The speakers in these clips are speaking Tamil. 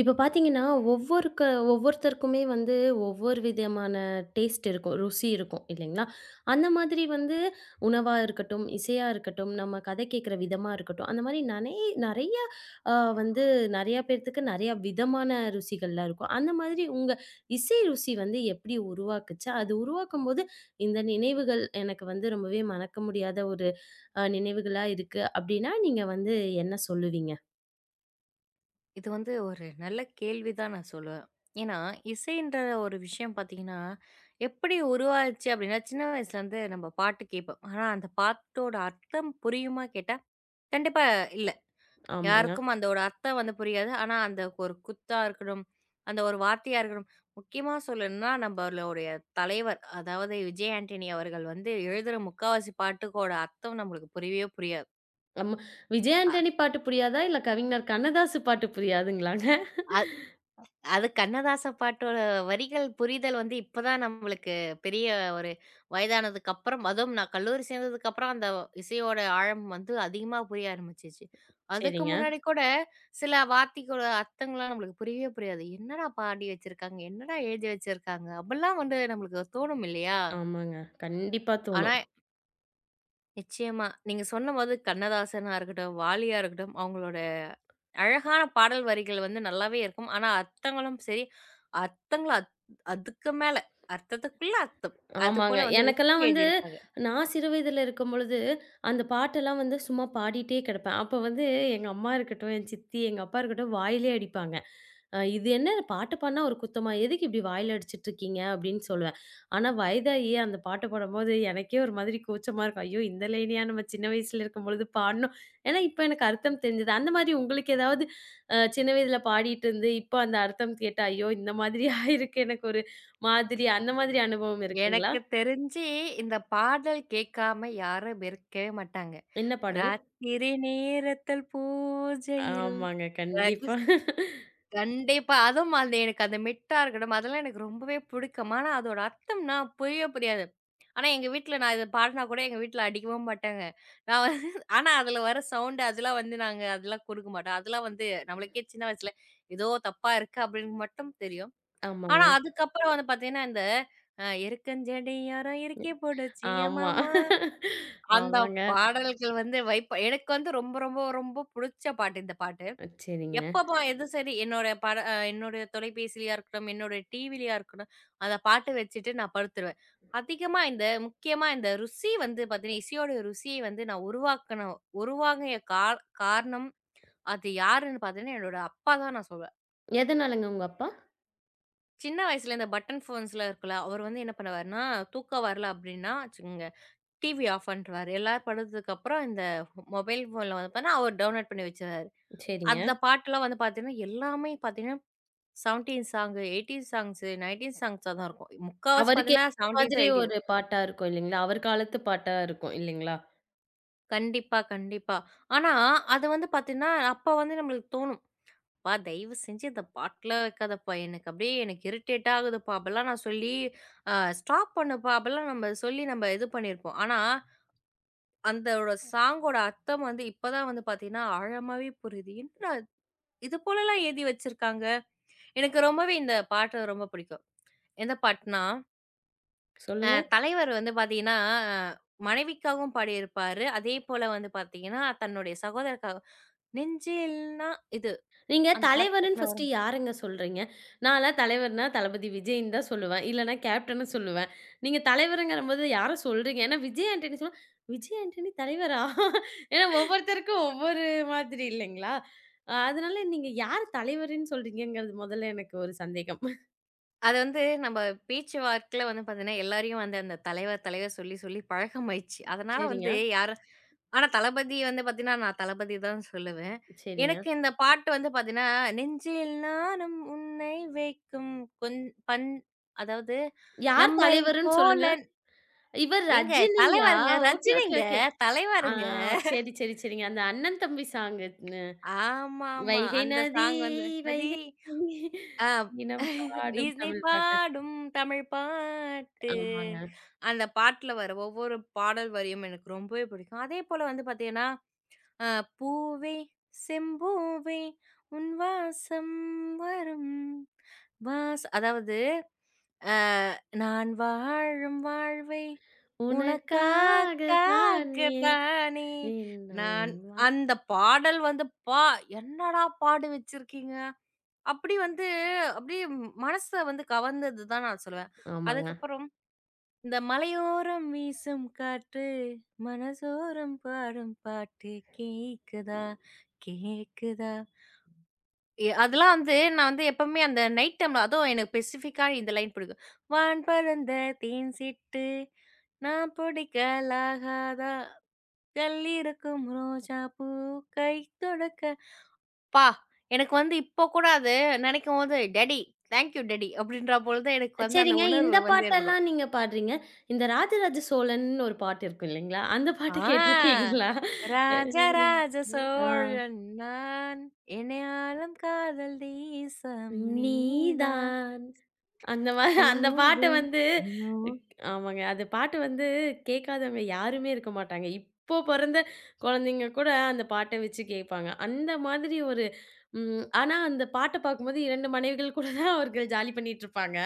இப்ப பார்த்தீங்கன்னா, ஒவ்வொருக்க ஒவ்வொருத்தருக்குமே வந்து ஒவ்வொரு விதமான டேஸ்ட் இருக்கும். ருசி இருக்கும் இல்லைங்களா? அந்த மாதிரி வந்து உணவா இருக்கட்டும், இசையா இருக்கட்டும், நம்ம கதை கேட்கிற விதமா இருக்கட்டும், அந்த மாரி நெறைய அ வந்து நெறைய பேர்த்துக்கு நெறைய விதமான ருசிகள்லாம் இருக்கும். அந்த மாதிரி உங்க இசை ருசி வந்து எப்படி உருவாக்குச்சு? அது உருவாக்கும்போது இந்த நினைவுகள் எனக்கு வந்து ரொம்பவே மறக்க முடியாத ஒரு நினைவுகளா இருக்கு. அப்படின்னா, நீங்க வந்து என்ன சொல்லுவீங்க? இது வந்து ஒரு நல்ல கேள்விதான் நான் சொல்லுவேன். ஏன்னா, இசைன்ற ஒரு விஷயம் பார்த்தீங்கன்னா, எப்படி உருவாச்சு அப்படின்னா, சின்ன வயசுலேருந்து நம்ம பாட்டு கேட்போம். ஆனா, அந்த பாட்டோட அர்த்தம் புரியுமா கேட்டா, கண்டிப்பா இல்ல. ஆமாங்க. யாருக்கும் அதோட அர்த்தம் வந்து புரியாது. ஆனா, அந்த ஒரு குத்தா இருக்கட்டும், அந்த ஒரு வார்த்தையா இருக்கட்டும், முக்கியமா சொல்லணும்னா நம்மளுடைய தலைவர், அதாவது விஜய் ஆண்டனி அவர்கள் வந்து எழுதுற முக்காவாசி பாட்டுக்கோட அர்த்தம் நம்மளுக்கு புரியவே புரியாது. ஆமா. விஜய் ஆண்டனி பாட்டு புரியாதா? இல்ல கவிஞர் கண்ணதாசு பாட்டு புரியாதுங்களாங்க? அ அது கண்ணதாச பாட்டோட வரிகள் புரிதல் வந்து இப்பதான் நம்மளுக்கு பெரிய ஒரு வயதானதுக்கு அப்புறம், அதுவும் நான் கல்லூரி சேர்ந்ததுக்கு அப்புறம் அந்த இசையோட ஆழம் வந்து அதிகமா புரிய ஆரம்பிச்சுச்சு. அதுக்கு சரிங்க. முன்னாடி கூட சில வார்த்தைகளோட அர்த்தங்கள்லாம் நம்மளுக்கு புரியவே புரியாது. என்னடா பாடி வச்சிருக்காங்க? என்னடா எழுதி வச்சிருக்காங்க? அப்படிலாம் வந்து நம்மளுக்கு தோணும் இல்லையா? ஆமாங்க. கண்டிப்பா ஆனா தோணும். நிச்சயமா நீங்க சொன்னபோது கண்ணதாசனா இருக்கட்டும், வாலியா இருக்கட்டும் அவங்களோட அழகான பாடல் வரிகள் வந்து நல்லாவே இருக்கும். ஆனா, அர்த்தங்களும் சரி, அர்த்தங்கள அதுக்கு மேல அர்த்தத்துக்குள்ள அர்த்தம். ஆமாங்க. அதுபோல வந்து வச்சு எனக்கெல்லாம் வந்து எழுதியிருப்பாங்க. நான் சிறு வயதில இருக்கும்பொழுது, அந்த பாட்டெல்லாம் வந்து சும்மா பாடிட்டே கிடப்பேன். அப்ப வந்து எங்க அம்மா இருக்கட்டும், என் சித்தி, எங்க அப்பா இருக்கட்டும் வாயிலே அடிப்பாங்க. "இது என்ன பாட்டு பாடுனா ஒரு குத்தமா? எதுக்கு இப்படி வாயில அடிச்சிட்டுருக்கீங்க?" அப்படின்னு சொல்லுவேன். ஆனா வயதாகி அந்த பாட்டு பாடும்போது எனக்கே ஒரு மாதிரி கூச்சமா இருக்கும். ஐயோ! இந்த லைனையா நம்ம சின்ன வயசுல இருக்கும்பொழுது பாடுனோம். ஏன்னா இப்ப எனக்கு அர்த்தம் தெரிஞ்சது. அந்த மாதிரி உங்களுக்கு ஏதாவது சின்ன வயதில பாடிட்டு இருந்து, இப்ப அந்த அர்த்தம் கேட்டா, ஐயோ! இந்த மாதிரி ஆயிருக்கு எனக்கு ஒரு மாதிரி அந்த மாதிரி அனுபவம் இருக்குங்களா? எனக்கு தெரிஞ்சு இந்த பாடல் கேட்காம யாரும் இருக்கவே மாட்டாங்க. என்ன பாடல்? ராத்திரி நேரத்தில் பூஜையில் ஆமாங்க. கண்டிப்பா. ரகஸ் கண்டிப்பா. அதுவும் அந்த எனக்கு அந்த மெட்டா இருக்கட்டும், அதெல்லாம் எனக்கு ரொம்பவே பிடிக்கும். ஆனா, அதோட அர்த்தம்னா புரியவே புரியாது. ஆனா எங்க வீட்ல நான் இத பாடுனா கூட எங்க வீட்ல அடிக்கவும் மாட்டாங்க. நான் வந்து ஆனா அதுல வர சவுண்ட் அதெல்லாம் வந்து நாங்க அதெல்லாம் குடுக்க மாட்டோம். அதெல்லாம் வந்து நம்மளுக்கே சின்ன வயசுல ஏதோ தப்பா இருக்கு அப்படின்னு மட்டும் தெரியும். ஆனா ஆமாங்க. அதுக்கப்புறம் வந்து பார்த்தீங்கன்னா, இந்த "எருக்கஞ்செடி யாரோ எருக்கி போடுச்சு எ ஆமா. மாமா" அந்த ஆமாங்க. பாடல்கள் வந்து எனக்கு வந்து ரொம்ப ரொம்ப ரொம்ப புடிச்ச பாட்டு இந்த பாட்டு. சரிங்க. எப்பப்போ எது சரி என்னோட பட அ என்னுடைய தொலைபேசிலயா இருக்கட்டும், என்னுடைய டிவிலயா இருக்கட்டும், அந்த பாட்டு வச்சுட்டு நான் படுத்துருவேன். அதிகமா இந்த முக்கியமா இந்த ருசி வந்து பார்த்தீங்கன்னா, இசையோட ருசிய வந்து நான் உருவாகிய காரணம் அது யாருன்னு பார்த்தீங்கன்னா, என்னோட அப்பா தான் நான் சொல்வேன். எதனாலங்க உங்க அப்பா? சின்ன வயசுல இந்த பட்டன் ஃபோன்ஸ்லாம் இருக்குல்ல, அவர் வந்து என்ன பண்ணுவாருன்னா, தூக்கம் வரல அப்படின்னா வச்சுக்கோங்க, டிவி ஆஃப் பண்ணிருவாரு. எல்லாரும் படுத்ததுக்கப்புறம் இந்த மொபைல் ஃபோன்ல வந்து பார்த்தீங்கன்னா, அவர் டவுன்லோட் பண்ணி வச்சுருவாரு. சரிங்க. அந்த பாட்டுலாம் வந்து பார்த்தீங்கன்னா, எல்லாமே பார்த்தீங்கன்னா 17 சாங்கு, 18 சாங்ஸு, 19 சாங்ஸா தான் இருக்கும். முக்காவாசி அவருக்கு பார்த்தீங்கன்னா ஏத்த 70ஸோ, மாதிரி 80ஸோ. ஒரு பாட்டா இருக்கும் இல்லைங்களா? அவர் காலத்து பாட்டா இருக்கும் இல்லைங்களா? கண்டிப்பா, கண்டிப்பா. ஆனா, அது வந்து பார்த்தீங்கன்னா, அப்ப வந்து நம்மளுக்கு தோணும். "அப்பா தயவு செஞ்சு இந்த பாட்டெல்லாம் வைக்காதப்பா. எனக்கு அப்படியே எனக்கு இரிட்டேட் ஆகுதுப்பா." அப்பலாம் நான் சொல்லி, அ ஸ்டாப் பண்ணுப்பா. அப்பலாம் நம்ம சொல்லி நம்ம இது பண்ணியிருப்போம். ஆனா, அந்தோட சாங்கோட அர்த்தம் வந்து இப்ப தான் வந்து பார்த்தீங்கன்னா, ஆழமாவே புரியுது. "என்னடா இது போலலாம் எழுதி வச்சிருக்காங்க." எனக்கு ரொம்பவே இந்த பாட்டு ரொம்ப பிடிக்கும். எந்த பாட்டுன்னா அ சொல்லுங்க. தலைவர் வந்து பார்த்தீங்கன்னா, மனைவிக்காகவும் பாடியிருப்பாரு. அதேபோல வந்து பார்த்தீங்கன்னா, தன்னுடைய சகோதரருக்காக நெஞ்சில் இது நீங்க அந்த பாட்டு தலைவருன்னு டக்குனு ஃபர்ஸ்ட்டு வரும். யாருங்க சொல்றீங்க? நான்லாம் தலைவர்னா தளபதி விஜய்ன்னு தான் சொல்லுவேன். இல்லன்னா கேப்டன்னு சொல்லுவேன். நீங்க தலைவருங்கிறம்போது யார சொல்றீங்க? ஏன்னா விஜய் ஆண்டனி சொன்னா, "விஜய் ஆண்டனி தலைவரா?" ஏன்னா ஒவ்வொருத்தருக்கும் ஒவ்வொரு மாதிரி இல்லைங்களா? அதனால நீங்க யார் தலைவருன்னு சொல்றீங்கங்கிறது முதல்ல எனக்கு ஒரு சந்தேகம். அது வந்து நம்ம பேச்சு வாக்குல வந்து பார்த்தீங்கன்னா, எல்லாரையும் வந்து அந்த தலைவர், தலைவர் சொல்லி சொல்லி பழக்கமாயிடுச்சு. அதனால சரிங்க, வந்து யார ஆனா தளபதி வந்து பார்த்தீங்கன்னா, நான் தளபதி தான் சொல்லுவேன். சரிங்க. எனக்கு இந்த பாட்டு வந்து பார்த்தீங்கன்னா, நெஞ்சில் நானும் உன்னை வைக்கும் கொஞ் பண் அதாவது யார் நம்மை தலைவருன்னு போல சொல்லுங்க. இவர் ஏங்க ரஜினிங்களா? தலைவருங்க, ஓகே, ஓகே, ரஜினிங்க, ஓகே. ஆ, தலைவருங்க. சரி, சரி, சரிங்க. அந்த அண்ணன் தம்பி சாங்கு ஆமாமா. வைகை அந்த நதி, சாங் வந்து மதி வைகை நதி அ இனம் பாடும் இசை தமிழ் பாட்டு. பாடும் தமிழ் பாட்டு. ஆமாங்க. அந்த பாட்டுல வர ஒவ்வொரு பாடல் வரியும் எனக்கு ரொம்பவே பிடிக்கும். அதேபோல வந்து பார்த்தீங்கன்னா, அ பூவே செம்பூவே உன் வாசம் வரும் அதாவது அ நான் வாழும் வாழ்வை உனக்காக் உனக்காக தானே காக்கத்தானே நான் நான் வா அந்த பாடல் வந்து என்னடா பாடு வச்சிருக்கீங்க! அப்படி வந்து அப்படியே மனச வந்து கவர்ந்தது தான் நான் சொல்லுவேன். ஆமாங்க. அதுக்கப்புறம் இந்த மலையோரம் வீசும் காற்று, மனசோரம் பாடும் பாட்டு கேக்குதா, கேக்குதா? அதெல்லாம் வந்து நான் வந்து எப்பவுமே அந்த நைட் டைம்ல அதுவும் எனக்கு ஸ்பெசிஃபிக்கா இந்த லைன் பிடிக்கும். "வான் பரந்த தேன் சிட்டு, நான் பிடிக்கலாகாதா, கல்லிருக்கும் ரோஜாப்பூ கை தொடுக்க" ப்பா! எனக்கு வந்து இப்போ கூட அது நினைக்கும்போது, "டாடி, தேங்க் யூ டாடி" அப்படின்ற பொழுது எனக்கு வந்து அந்த சரிங்க. இந்த உணர்வு வந்து ஏற்படும். பாட்டெல்லாம் நீங்க பாடுறீங்க. இந்த ராஜராஜ சோழன்னு ஒரு பாட்டு இருக்கும் இல்லைங்களா? அந்த பாட்டு ஆ கேட்டிருக்கீங்களா? "ராஜராஜ ஆ. சோழன் நான், எந்நாளும் காதல் தேசம் நீ நீதான்." தான் அந்த மாரி அந்த பாட்ட பூவே வந்து தினம். ஆமாங்க. அந்த பாட்டு வந்து கேட்காதவங்க யாருமே இருக்க மாட்டாங்க. இப்போ பொறந்த குழந்தைங்க கூட அந்த பாட்ட வச்சு கேட்பாங்க. அந்த மாதிரி ஒரு ம் ஆனா அந்த பாட்ட பார்க்கும்போது 2 மனைவிகள் கூட தான் அவர்கள் ஜாலி பண்ணிட்டு இருப்பாங்க.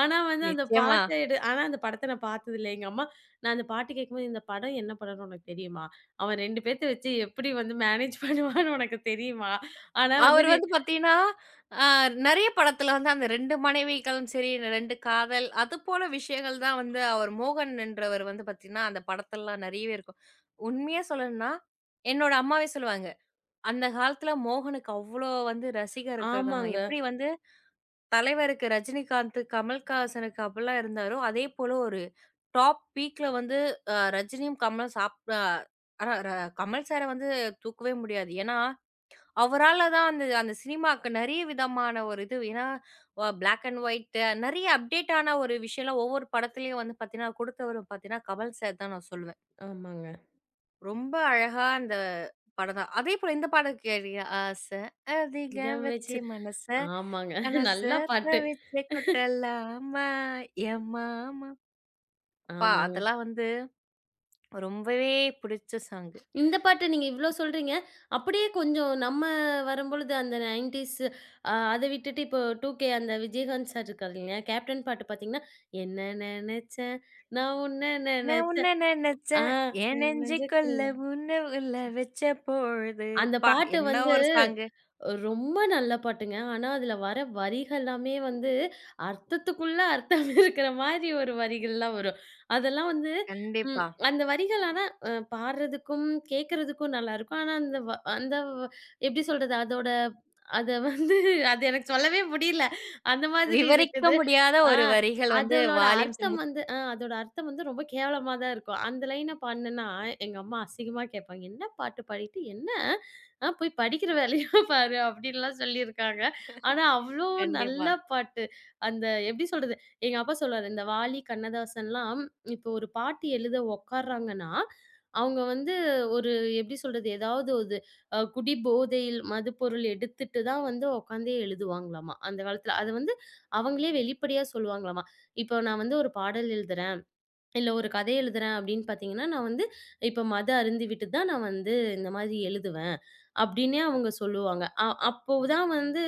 ஆனா வந்து அந்த நிச்சயமா. பாட்ட எடு ஆனா அந்த படத்த நான் பார்த்ததில்ல. எங்க அம்மா நான் அந்த பாட்டு கேட்கும்போது, "இந்த படம் என்ன படம்னு உனக்கு தெரியுமா? அவன் 2 பேத்த வச்சு எப்படி வந்து மேனேஜ் பண்ணுவான்னு உனக்கு தெரியுமா? ஆனா வந்து அவரு நீ" வந்து பாத்தீங்கன்னா, அ நெறைய படத்துல வந்து அந்த 2 மனைவிகளும் சரி, 2 காதல் அது போல விஷயங்கள் தான் வந்து அவர் மோகன் என்றவர் வந்து பாத்தீங்கன்னா, அந்த படத்தெல்லாம் நெறையவே இருக்கும். உண்மையா சொல்லணும்னா, என்னோட அம்மாவே சொல்லுவாங்க. அந்த காலத்துல மோகனுக்கு அவ்ளோ வந்து ரசிகர் இருக்காங்க. ஆமாங்க, எப்படி வந்து தலைவருக்கு ரஜினிகாந்த், கமல்ஹாசனுக்கு அப்பலாம் இருந்தாரோ, அதே போல ஒரு டாப் பீக்ல வந்து ரஜினியும், கமலும் சாப் அ ஆனா கமல் சார வந்து தூக்கவே முடியாது. ஏன்னா, அவரால தான் அந்த அந்த சினிமாக்கு நெறைய விதமான ஒரு இது ஏன்னா, பிளாக் அண்ட் ஒயிட் நெறைய அப்டேட் ஆன ஒரு விஷயம்லாம் ஒவ்வொரு படத்துலயும் வந்து பார்த்தீங்கன்னா, குடுத்தவரு பார்த்தீங்கன்னா, கமல் சார் தான் நான் சொல்லுவேன். ஆமாங்க. ரொம்ப அழகா அந்த படம் தான். அதேபோல இந்த பாடல் கேளீங்க. அதிகம் வச்சு மனச, ஆமாங்க. மனச நல்ல பாட்டு. தவிச்சு கொட்டலாமா என் மாமா. அப்பா ஆமாங்க. அதெல்லாம் வந்து ரொம்பவே புடிச்ச சாங். இந்த பாட்டு நீங்க இவ்ளோ சொல்றீங்க. அப்படியே கொஞ்சம் நம்ம வரும்பொழுது அந்த 90ஸ் அத விட்டுட்டு இப்போ 2K அந்த விஜயகாந்த் சார் இருக்காரு இல்லையா? கேப்டன் பாட்டு பார்த்தீங்கன்னா, என்ன நெனச்சேன் நான் உன்ன நான் உன்ன நெனச்சேன். ஆ, நெனச்சேன், என் நெஞ்சுக்குள்ள நெனஞ்சக்குள்ள உன்ன உள்ள வச்ச பொழுது. அந்த அப்பா! பாட்டு என்ன வந்து ஒரு சாங். ரொம்ப நல்ல பாட்டுங்க. ஆனா, அதுல வர வரிகள் எல்லாமே வந்து அர்த்தத்துக்குள்ள அர்த்தம் இருக்கிற மாதிரி ஒரு வரிகள்லாம் வரும். அதெல்லாம் வந்து ம் கண்டிப்பா. அந்த வரிகள் ஆனா பாடுறதுக்கும், கேட்கறதுக்கும் நல்லாருக்கும். ஆனா, அந்த வ அந்த வ எப்படி சொல்றது? அதோட அத வந்து அது எனக்கு சொல்லவே முடியல. அந்த மாதிரி விவரிக்க இருக்குது. முடியாத ஆ ஒரு வரிகள் வந்து வால்யூம்ஸ் அதோட அர்த்தம் வந்து ரொம்ப கேவலமா தான் இருக்கும். அந்த லைன பாடுனேன்னா, எங்க அம்மா அசிங்கமா கேட்பாங்க. "என்ன பாட்டு பாடிட்டு என்ன?" "ஆ போய் படிக்கிற வேலைய பாரு" அப்படின்லாம் சொல்லியிருக்காங்க. ஆனா அவ்ளோ நல்ல கண்டிப்பா. பாட்டு. அந்த எப்படி சொல்றது? எங்க அப்பா சொல்லுவாரு, இந்த வாலி, கண்ணதாசன்லாம் இப்போ ஒரு பாட்டு எழுத உட்கார்றாங்கன்னா, அவங்க வந்து ஒரு எப்படி சொல்றது? ஏதாவது ஒரு குடி போதையில் மதுப்பொருள் எடுத்துட்டு தான் வந்து உட்காந்தே எழுதுவாங்களாமா, அந்த காலத்துல. அது வந்து அவங்களே வெளிப்படையா சொல்லுவாங்களாமா. இப்போ நான் வந்து ஒரு பாடல் எழுதுறேன். இல்ல ஒரு கதை எழுதுறேன் அப்படின்னு பார்த்தீங்கன்னா, நான் வந்து இப்ப மத அருந்திவிட்டு தான் நான் வந்து இந்த மாதிரி எழுதுவேன். அப்படின்னே அவங்க சொல்லுவாங்க. அப்போ தான் வந்து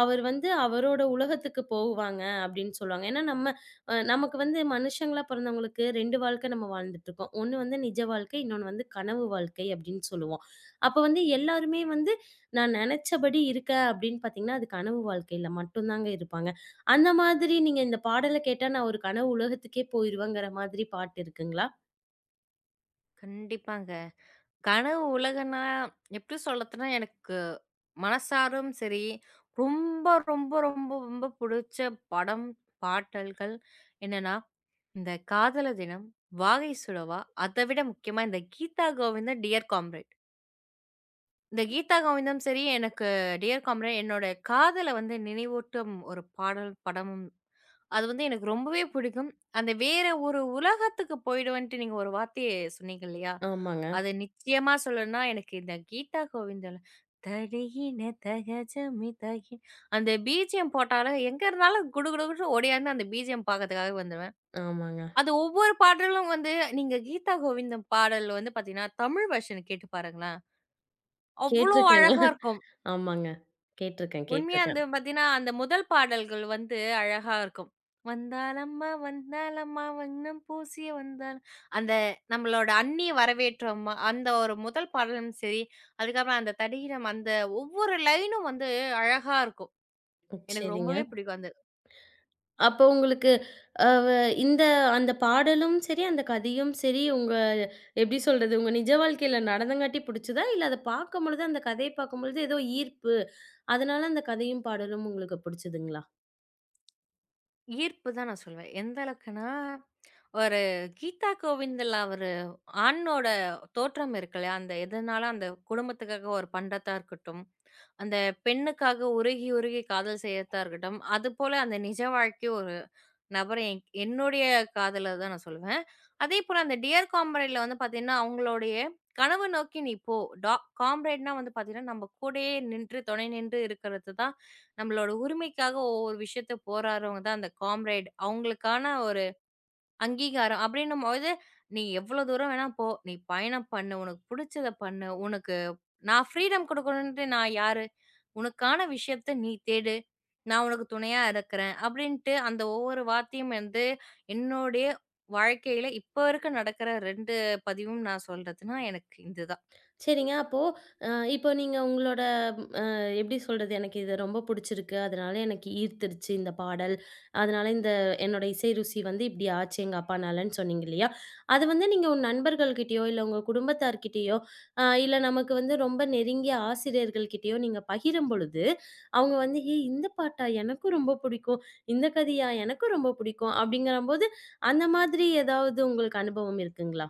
அவர் வந்து அவரோட உலகத்துக்கு போவாங்க அப்படின்னு சொல்லுவாங்க. ஏன்னா நம்ம அ நமக்கு வந்து மனுஷங்களா பிறந்தவங்களுக்கு 2 வாழ்க்கை நம்ம வாழ்ந்துட்டு இருக்கோம். ஒண்ணு வந்து நிஜ வாழ்க்கை, இன்னொன்னு வந்து கனவு வாழ்க்கை அப்படின்னு சொல்லுவோம். அப்ப வந்து எல்லாருமே வந்து நான் நெனைச்சபடி இருக்கேன் அப்படின்னு பார்த்தீங்கன்னா, அது கனவு வாழ்க்கையில மட்டும் தாங்க இருப்பாங்க. அந்த மாதிரி நீங்க இந்த பாடல கேட்டா நான் ஒரு கனவு உலகத்துக்கே போயிருவேங்கிற மாதிரி பாட்டு இருக்குங்களா? கண்டிப்பாங்க. கனவு உலகம்னா எப்படி சொல்லத்துனா எனக்கு மனசாரும் சரி, ரொம்ப ரொம்ப ரொம்ப ரொம்ப புடிச்ச படம், பாடல்கள் என்னன்னா இந்த காதலர் தினம், வாகை சுடவா, அத விட முக்கியமா இந்த கீதா கோவிந்தம், டியர் காம்ரேட். இந்த கீதா கோவிந்தம் சரி, எனக்கு டியர் காம்ரேட் என்னோட காதல வந்து நினைவூட்டும் ஒரு பாடல், படமும். அது வந்து எனக்கு ரொம்பவே பிடிக்கும். அந்த வேற ஒரு உலகத்துக்கு போயிடுவேன்ட்டு நீங்க ஒரு வார்த்தைய சொன்னீங்க இல்லையா? ஆமாங்க, அது நிச்சயமா சொல்லணும்னா எனக்கு இந்த கீதா கோவிந்தல தடியின தகஜமிதகின் அந்த பிஜிஎம் போட்டாலே எங்க இருந்தாலும் குடு குடு குடுன்னு ஓடியாந்து அந்த பிஜிஎம் பார்க்கறதுக்காகவே வந்துருவேன். ஆமாங்க. அது ஒவ்வொரு பாடலும் வந்து நீங்க கீதா கோவிந்தம் பாடல் வந்து பார்த்தீங்கன்னா, தமிழ் வெர்ஷன் கேட்டு பாருங்களேன். அவ்ளோ கேட்டுருக்கேங்க. அழகா இருக்கும். ஆமாங்க. கேட்டுருக்கேன், உண்மையா அந்த கேட்டுருக்கேன். பார்த்தீங்கன்னா, அந்த முதல் பாடல்கள் வந்து அழகா இருக்கும். "வந்தாளம்மா வந்தாளம்மா வண்ணம் பூசிய வந்தாள்" அந்த நம்மளோட அண்ணி வரவேற்றோம்மா, அந்த ஒரு முதல் பாடலும் சரி, அதுக்கப்புறம் அந்த தடிகிடம் அந்த ஒவ்வொரு லைனும் வந்து அழகா இருக்கும். எனக்கு சரிங்க. ரொம்பவே பிடிக்கும். அந்த அப்போ உங்களுக்கு அ வ இந்த அந்த பாடலும் சரி, அந்த கதையும் சரி, உங்க எப்படி சொல்றது? உங்க நிஜ வாழ்க்கையில நடந்தங்காட்டி புடிச்சதா? இல்ல அத பார்க்கும்பொழுது, அந்த கதைய பார்க்கும்பொழுது ஏதோ ஈர்ப்பு, அதனால அந்த கதையும், பாடலும் உங்களுக்கு புடிச்சதுங்களா? ஈர்ப்பு தான் நான் சொல்வேன். எந்த அளவுக்குன்னா ஒரு கீதா கோவிந்தில அவரு ஆணோட தோற்றம் இருக்கு இல்லையா? அந்த எதனால அந்த குடும்பத்துக்காக ஒரு பண்றதா இருக்கட்டும், அந்த பெண்ணுக்காக உருகி உருகி காதல் செய்யறதா இருக்கட்டும், அதுபோல அந்த நிஜ வாழ்க்கை ஒரு நபர என்னுடைய காதல தான் நான் சொல்லுவேன். அதேபோல அந்த டியர் காம்ரேட்ல வந்து பார்த்தீங்கன்னா, அவங்களுடைய கனவு நோக்கி நீ போ. டா காம்ரேட்னா வந்து பார்த்தீங்கன்னா, நம்ம கூடயே நின்று துணை நின்று இருக்கிறது தான் நம்மளோட உரிமைக்காக ஒவ்வொரு விஷயத்த போராடுறவங்க தான் அந்த காம்ரேட். அவங்களுக்கான ஒரு அங்கீகாரம் அப்படின்னும்போது, "நீ எவ்வளோ தூரம் வேணா போ. நீ பயணம் பண்ணு. உனக்கு புடிச்சத பண்ணு. உனக்கு நான் ஃப்ரீடம் குடுக்கணுன்ட்டு நான் யாரு? உனக்கான விஷயத்த நீ தேடு. நான் உனக்கு துணையா இருக்கிறேன்." அப்படின்ட்டு அந்த ஒவ்வொரு வார்த்தையும் வந்து என்னுடைய வாழ்க்கையில இப்ப வரைக்கும் நடக்கிற 2 பதிவும் நான் சொல்றதுன்னா எனக்கு இதுதான். சரிங்க. அப்போ அ இப்போ நீங்க உங்களோட எப்படி சொல்றது? எனக்கு இது ரொம்ப புடிச்சிருக்கு. அதனால எனக்கு ஈர்த்துருச்சு இந்த பாடல். அதனால இந்த என்னோட இசை ருசி வந்து இப்படி ஆச்சு எங்க அப்பானாலன்னு சொன்னீங்க இல்லையா? அது வந்து நீங்க உங்க நண்பர்கள்கிட்டயோ, இல்ல உங்க குடும்பத்தார்கிட்டயோ, இல்ல நமக்கு வந்து ரொம்ப நெருங்கிய ஆசிரியர்கள்கிட்டயோ நீங்க பகிரும் பொழுது, அவங்க வந்து "ஏய்! இந்த பாட்டா? எனக்கும் ரொம்ப புடிக்கும். இந்த கதையா? எனக்கும் ரொம்ப புடிக்கும்." அப்படிங்கிறம்போது, அந்த மாதிரி ஏதாவது உங்களுக்கு அனுபவம் இருக்குங்களா?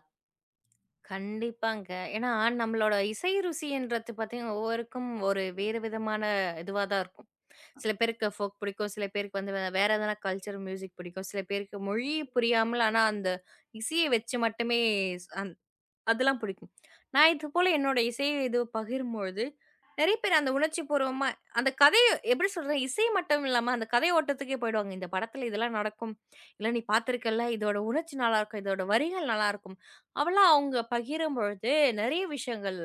கண்டிப்பாங்க. ஏன்னா, நம்மளோட இசை ருசின்றது பார்த்தீங்கன்னா, ஒவ்வொருக்கும் ஒரு வேறு விதமான இதுவா தான் இருக்கும். சில பேருக்கு ஃபோக் பிடிக்கும். சில பேருக்கு வந்து வேற எதனா கல்ச்சர் மியூசிக் பிடிக்கும். சில பேருக்கு மொழி புரியாமல், ஆனா அந்த இசைய வச்சு மட்டுமே அதெல்லாம் பிடிக்கும். நான் இது போல என்னோட இசை இது பகிரும்பொழுது, நெறைய பேர் அந்த உணர்ச்சிபூர்வமா அந்த கதைய எப்படி சொல்றது? இசை மட்டும் இல்லாம அந்த கதை ஓட்டத்துக்கே போயிடுவாங்க. இந்த படத்துல இதெல்லாம் நடக்கும். இல்ல நீ பார்த்திருக்கல்ல, இதோட உணர்ச்சி நல்லாருக்கும். இதோட வரிகள் நல்லாருக்கும். அவெல்லாம் அவங்க பகிரும்பொழுது நெறைய விஷயங்கள்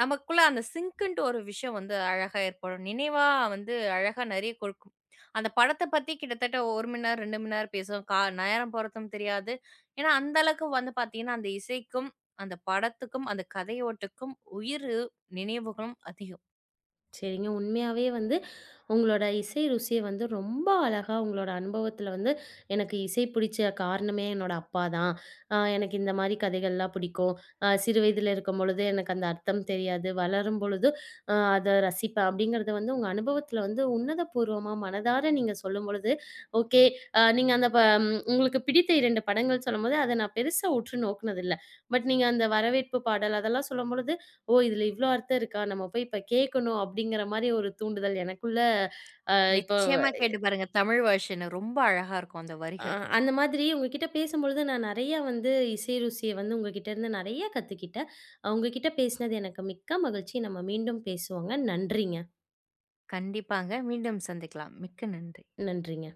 நமக்குள்ள அந்த சிங்க்குன்ட்டு ஒரு விஷயம் வந்து அழகா ஏற்படும். நினைவா வந்து அழகா நெறைய கொடுக்கும். அந்த படத்த பத்தி கிட்டத்தட்ட 1 மணி நேரம், 2 மணி நேரம் பேசுவோம். நேரம் போறதும் தெரியாது. ஏன்னா, அந்த அளவுக்கு வந்து பார்த்தீங்கன்னா, அந்த இசைக்கும், அந்த படத்துக்கும், அந்த கதையோட்டுக்கும் உயிர் நினைவுகளும் அதிகம். சரிங்க. உண்மையாவே வந்து உங்களோட இசை ருசிய வந்து ரொம்ப அழகா உங்களோட அனுபவத்தில வந்து, "எனக்கு இசை பிடிச்ச காரணமே என்னோட அப்பா தான். எனக்கு இந்த மாரி கதைகள்லாம் பிடிக்கும். சிறு வயதில இருக்கும்பொழுது எனக்கு அந்த அர்த்தம் தெரியாது. வளரும் பொழுது அத ரசிப்பேன்." அப்படிங்கிறத வந்து உங்க அனுபவத்தில வந்து உன்னதபூர்வமா மனதார நீங்க சொல்லும்பொழுது, ஓகே அ நீங்க அந்த ப ம், உங்களுக்கு பிடித்த 2 படங்கள் சொல்லும்போது, அத நான் பெருசா உற்று நோக்குனதில்ல. பட் நீங்க அந்த வரவேற்பு பாடல் அதெல்லாம் சொல்லும்பொழுது ஓ! இதுல இவ்ளோ அர்த்தம் இருக்கா? நம்ம போய் இப்ப கேட்கணும் அப்படிங்கிற மாரி ஒரு தூண்டுதல் எனக்குள்ள அ இப்போ நிச்சயமா கேட்டு பாருங்க. தமிழ் வெர்ஷன் ரொம்ப அழகா இருக்கும் அந்த அ வரிகள். அந்த மாதிரி உங்ககிட்ட பேசும்பொழுது நான் நெறையா வந்து இசை ருசிய வந்து உங்ககிட்ட இருந்து நெறையா கத்துக்கிட்டேன். உங்க கிட்ட பேசினது எனக்கு மிக்க மகிழ்ச்சி. நம்ம மீண்டும் பேசுவோங்க. நன்றிங்க. கண்டிப்பாங்க. மீண்டும் சந்திக்கலாம். மிக்க நன்றி. நன்றிங்க.